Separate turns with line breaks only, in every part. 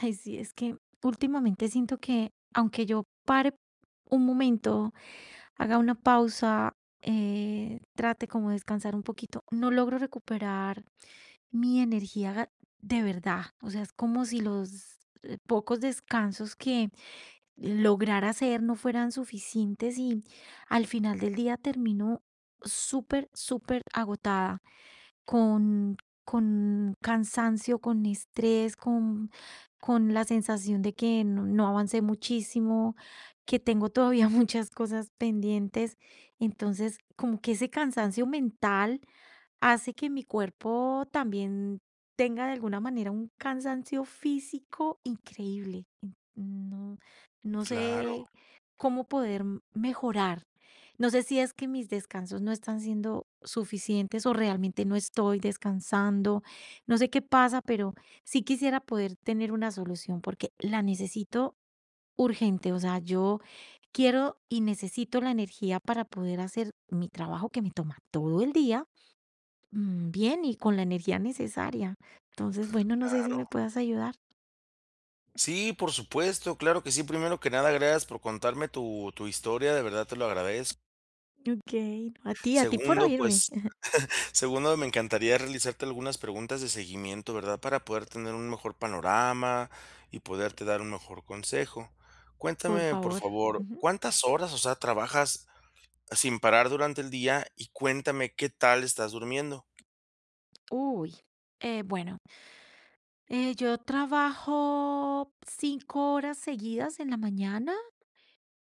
Ay, sí, es que últimamente siento que aunque yo pare un momento, haga una pausa, trate como de descansar un poquito, no logro recuperar mi energía de verdad. O sea, es como si los pocos descansos que lograr hacer no fueran suficientes y al final del día termino súper, súper agotada, con, con cansancio, con estrés, con la sensación de que no, no avancé muchísimo, que tengo todavía muchas cosas pendientes. Entonces, como que ese cansancio mental hace que mi cuerpo también tenga de alguna manera un cansancio físico increíble. No, no
Claro,
sé cómo poder mejorar. No sé si es que mis descansos no están siendo suficientes o realmente no estoy descansando. No sé qué pasa, pero sí quisiera poder tener una solución porque la necesito urgente. O sea, yo quiero y necesito la energía para poder hacer mi trabajo que me toma todo el día. Bien y con la energía necesaria. Entonces, bueno, no sé si
claro.
me puedas ayudar.
Sí, por supuesto, claro que sí. Primero que nada, gracias por contarme tu historia, de verdad te lo agradezco.
Okey. A ti por
Segundo,
oírme,
pues, segundo, me encantaría realizarte algunas preguntas de seguimiento, ¿verdad? Para poder tener un mejor panorama y poderte dar un mejor consejo.
por
Cuéntame, por
favor.
favor,
Ujú.
¿cuántas horas, o sea, trabajas sin parar durante el día? Y cuéntame, ¿qué tal estás durmiendo?
Uy, bueno, yo trabajo 5 horas seguidas en la mañana.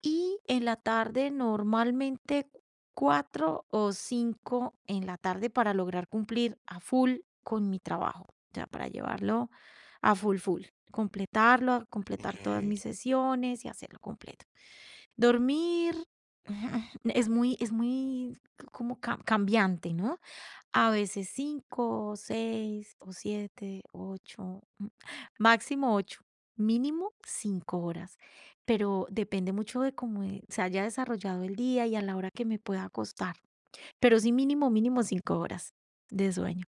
Y en la tarde, normalmente 4 o 5 en la tarde para lograr cumplir a full con mi trabajo, o sea, para llevarlo a full, full, completarlo, a completar todas
Okey.
mis sesiones y hacerlo completo. Dormir es muy como ca cambiante, ¿no? A veces 5, 6 o 7, 8, máximo 8, mínimo 5 horas, pero depende mucho de cómo, se haya desarrollado el día y a la hora que me pueda acostar, pero sí mínimo, mínimo 5 horas de sueño.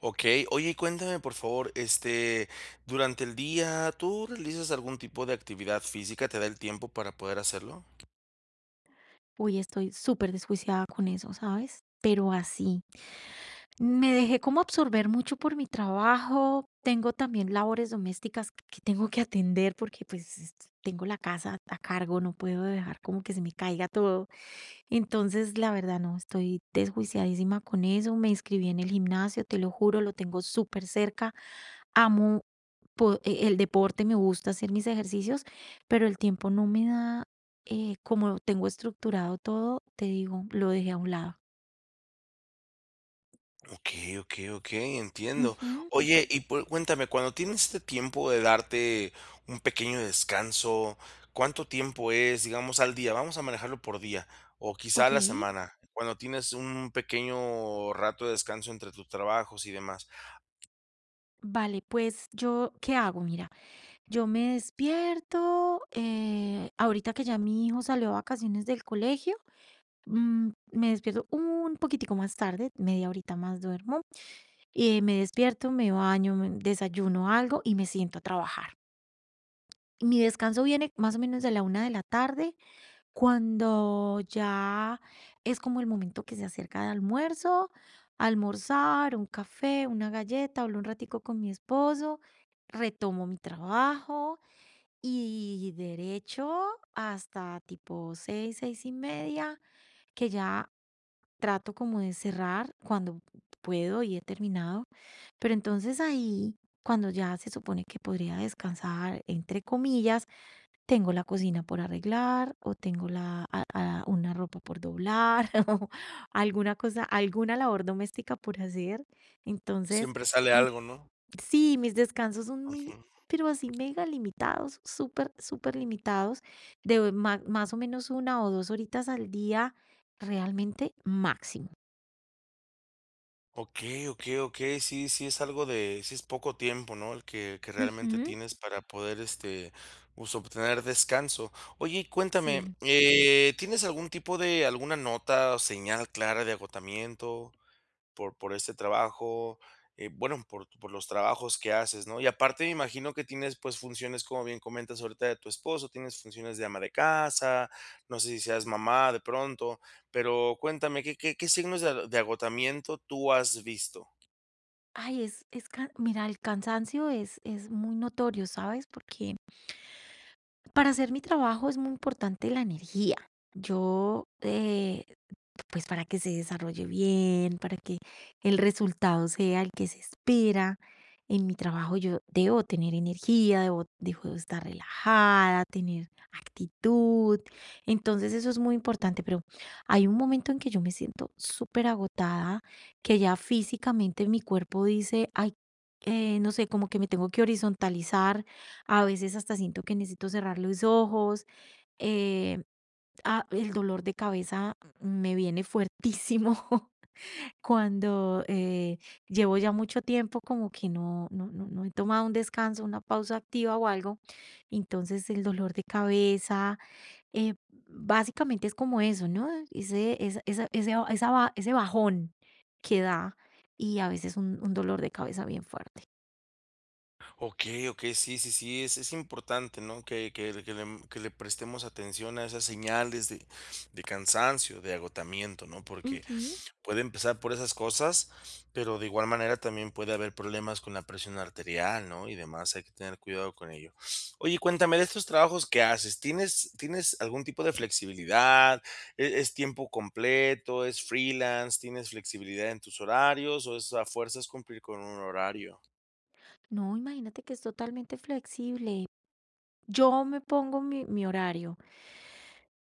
Ok, oye, cuéntame por favor, durante el día, ¿tú realizas algún tipo de actividad física? ¿Te da el tiempo para poder hacerlo?
Uy, estoy súper superdesjuiciada con eso, ¿sabes? Pero así. Me dejé como absorber mucho por mi trabajo. Tengo también labores domésticas que tengo que atender porque pues tengo la casa a cargo, no puedo dejar como que se me caiga todo. Entonces, la verdad, no, estoy desjuiciadísima con eso. Me inscribí en el gimnasio, te lo juro, lo tengo súper cerca. Amo el deporte, me gusta hacer mis ejercicios, pero el tiempo no me da, como tengo estructurado todo, te digo, lo dejé a un lado.
Ok, ok, ok, entiendo.
Ujú,
Oye, y cuéntame, cuando tienes este tiempo de darte un pequeño descanso, ¿cuánto tiempo es, digamos, al día? Vamos a manejarlo por día o quizá a
ok.
la semana. Cuando tienes un pequeño rato de descanso entre tus trabajos y demás,
Vale, pues yo, ¿qué hago? Mira, yo me despierto, ahorita que ya mi hijo salió a vacaciones del colegio, me despierto un poquitico más tarde, media horita más duermo, y me despierto, me baño, me desayuno algo y me siento a trabajar. Mi descanso viene más o menos de la una de la tarde cuando ya es como el momento que se acerca de almuerzo, almorzar, un café, una galleta, hablo un ratico con mi esposo, retomo mi trabajo y derecho hasta tipo 6, 6:30, que ya trato como de cerrar cuando puedo y he terminado. Pero entonces ahí, cuando ya se supone que podría descansar, entre comillas, tengo la cocina por arreglar o tengo una ropa por doblar o alguna cosa, alguna labor doméstica por hacer. Entonces,
siempre sale
mm,
algo, ¿no?
sí, mis descansos son muy, pero así mega limitados, súper, súper limitados, de más o menos una o dos horitas al día, realmente máximo.
Ok, ok, ok, sí, sí es algo de, sí es poco tiempo, ¿no? El que realmente
Ujú,
tienes para poder, pues, obtener descanso. Oye, y cuéntame,
sí.
¿tienes algún tipo de, alguna nota o señal clara de agotamiento? Por este trabajo, bueno, por los trabajos que haces, ¿no? Y aparte me imagino que tienes, pues, funciones, como bien comentas ahorita de tu esposo, tienes funciones de ama de casa, no sé si seas mamá de pronto, pero cuéntame, ¿qué signos de agotamiento tú has visto?
Ay, mira, el cansancio es muy notorio, ¿sabes? Porque para hacer mi trabajo es muy importante la energía. Yo, pues para que se desarrolle bien, para que el resultado sea el que se espera. En mi trabajo yo debo tener energía, debo estar relajada, tener actitud. Entonces eso es muy importante, pero hay un momento en que yo me siento súper agotada, que ya físicamente mi cuerpo dice, ay, no sé, como que me tengo que horizontalizar, a veces hasta siento que necesito cerrar los ojos, eh, ah, el dolor de cabeza me viene fuertísimo cuando llevo ya mucho tiempo como que no, no, no, no he tomado un descanso, una pausa activa o algo. Entonces el dolor de cabeza, eh, básicamente es como eso, ¿no? Ese, esa- esa- ese, ba- esa ba- ese bajón que da y a veces un dolor de cabeza bien fuerte.
Okey, okey, sí, sí, sí, es importante, ¿no? Que le prestemos atención a esas señales de cansancio, de agotamiento, ¿no? Porque
Ujú.
puede empezar por esas cosas, pero de igual manera también puede haber problemas con la presión arterial, ¿no? Y demás, hay que tener cuidado con ello. Oye, cuéntame de estos trabajos que haces, ¿tienes algún tipo de flexibilidad? Es tiempo completo, es freelance, tienes flexibilidad en tus horarios o es a fuerzas cumplir con un horario?
No, imagínate que es totalmente flexible. Yo me pongo mi horario.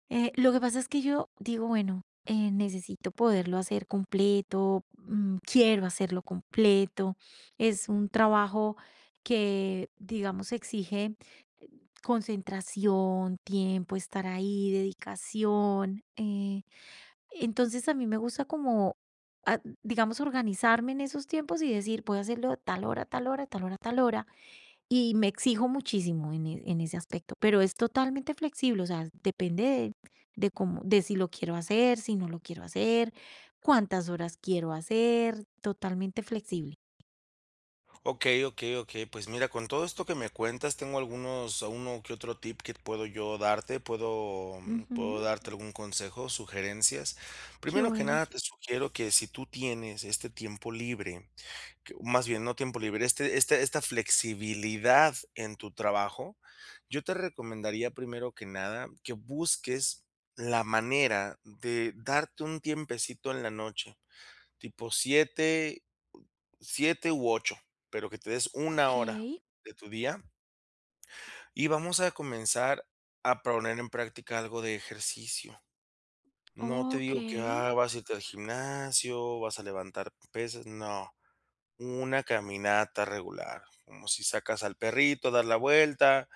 Lo que pasa es que yo digo, bueno, necesito poderlo hacer completo, quiero hacerlo completo. Es un trabajo que, digamos, exige concentración, tiempo, estar ahí, dedicación. Entonces a mí me gusta como, digamos, organizarme en esos tiempos y decir, voy a hacerlo a tal hora, tal hora, tal hora, tal hora y me exijo muchísimo en ese aspecto, pero es totalmente flexible, o sea, depende de cómo, de si lo quiero hacer, si no lo quiero hacer, cuántas horas quiero hacer, totalmente flexible.
Ok, ok, ok. Pues mira, con todo esto que me cuentas, tengo algunos uno que otro tip que puedo yo darte, puedo puedo
Ujú,
darte algún consejo, sugerencias.
qué
Primero que
bueno.
nada, te sugiero que si tú tienes este tiempo libre, que más bien, no tiempo libre, este esta flexibilidad en tu trabajo, yo te recomendaría, primero que nada, que busques la manera de darte un tiempecito en la noche, tipo siete u 8, pero que te des una
Ok,
hora de tu día y vamos a comenzar a poner en práctica algo de ejercicio. No te
ok,
digo que, ah, vas a irte al gimnasio, vas a levantar pesas, no, una caminata regular, como si sacas al perrito a dar la vuelta,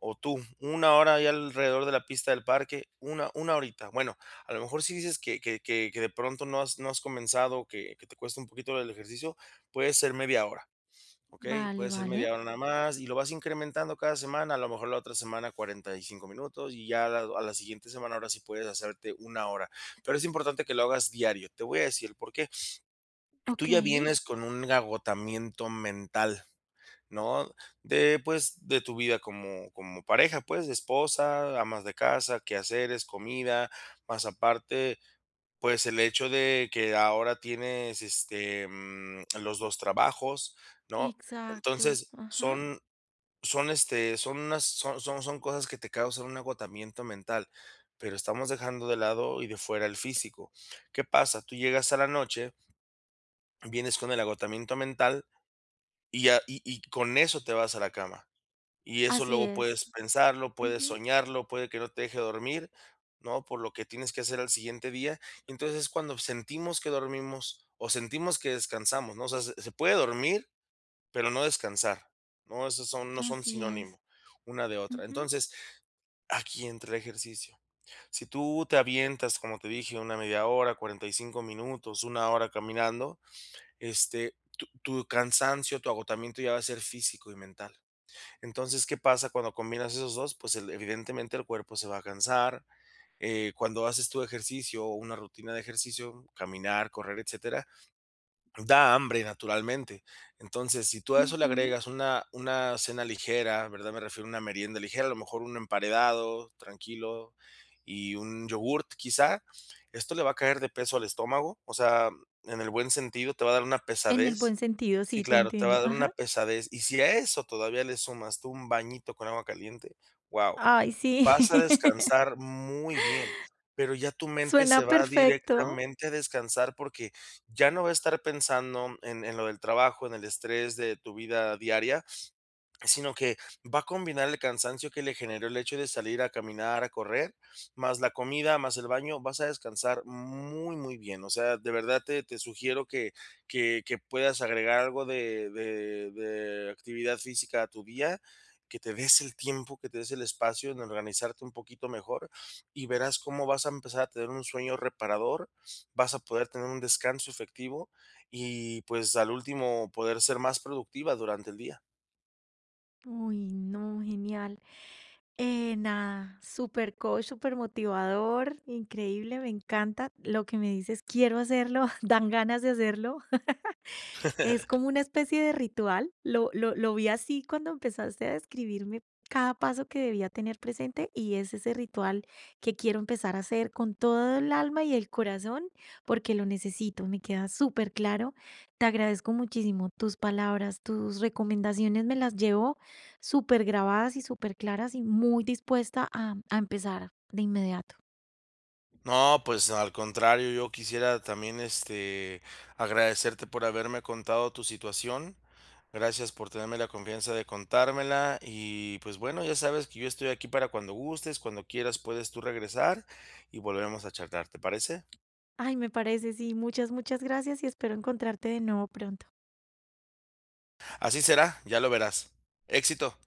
o tú, una hora ahí alrededor de la pista del parque, una horita. Bueno, a lo mejor si dices que que de pronto no has no has comenzado, que te cuesta un poquito el ejercicio, puede ser media hora. Okey,
vale,
puede ser
vale,
media hora nada más, y lo vas incrementando cada semana, a lo mejor la otra semana 45 minutos, y ya a la siguiente semana ahora sí puedes hacerte una hora, pero es importante que lo hagas diario. Te voy a decir el por qué. Tú
ok,
ya vienes con un agotamiento mental, ¿no? De, pues, de tu vida como pareja, pues, de esposa, amas de casa, quehaceres, comida, más aparte, pues, el hecho de que ahora tienes, los 2 trabajos, ¿no?
exacto,
Entonces,
ajá,
son son, este, son unas son son son cosas que te causan un agotamiento mental, pero estamos dejando de lado y de fuera el físico. ¿Qué pasa? Tú llegas a la noche, vienes con el agotamiento mental y con eso te vas a la cama. Y eso
así
luego
es,
puedes pensarlo, puedes
ujú,
soñarlo, puede que no te deje dormir, ¿no? Por lo que tienes que hacer al siguiente día. Entonces, es cuando sentimos que dormimos o sentimos que descansamos, ¿no? O sea, se puede dormir pero no descansar, no, esos son no son
así es,
sinónimo una de otra.
ujú,
Entonces, aquí entra el ejercicio. Si tú te avientas, como te dije, una media hora, 45 minutos, una hora caminando, tu tu cansancio, tu agotamiento ya va a ser físico y mental. Entonces, ¿qué pasa cuando combinas esos dos? Pues, el evidentemente, el cuerpo se va a cansar, cuando haces tu ejercicio o una rutina de ejercicio, caminar, correr, etcétera. Da hambre, naturalmente. Entonces, si tú a eso le
ujú.
agregas una cena ligera, ¿verdad? Me refiero a una merienda ligera, a lo mejor un emparedado tranquilo y un yogurt, quizá, esto le va a caer de peso al estómago, o sea, en el buen sentido, te va a dar una
En el buen
pesadez.
sentido,
Sí,
sí, te
claro, te va
entiendo.
a dar una
Ajá.
pesadez. Y si a eso todavía le sumas tú un bañito con agua caliente, wow.
Ay, sí,
Vas a descansar muy bien, pero ya tu mente se
suena
va
perfecto.
directamente a descansar porque ya no va a estar pensando en lo del trabajo, en el estrés de tu vida diaria. Sino que va a combinar el cansancio que le generó el hecho de salir a caminar, a correr, más la comida, más el baño, vas a descansar muy, muy bien. O sea, de verdad te sugiero que puedas agregar algo de, de actividad física a tu día, que te des el tiempo, que te des el espacio en organizarte un poquito mejor y verás cómo vas a empezar a tener un sueño reparador, vas a poder tener un descanso efectivo y pues al último poder ser más productiva durante el día.
Uy, no, genial. Nada, súper coach, súper motivador, increíble, me encanta lo que me dices, quiero hacerlo, dan ganas de hacerlo. Es como una especie de ritual. Lo vi así cuando empezaste a describirme cada paso que debía tener presente, y es ese ritual que quiero empezar a hacer con todo el alma y el corazón, porque lo necesito. Me queda súper claro. Te agradezco muchísimo tus palabras, tus recomendaciones me las llevo súper grabadas y súper claras y muy dispuesta a empezar de inmediato.
No, pues al contrario, yo quisiera también, agradecerte por haberme contado tu situación. Gracias por tenerme la confianza de contármela y pues bueno, ya sabes que yo estoy aquí para cuando gustes, cuando quieras puedes tú regresar y volvemos a charlar, ¿te parece?
Ay, me parece, sí. Muchas, muchas gracias, y espero encontrarte de nuevo pronto.
Así será, ya lo verás. Éxito.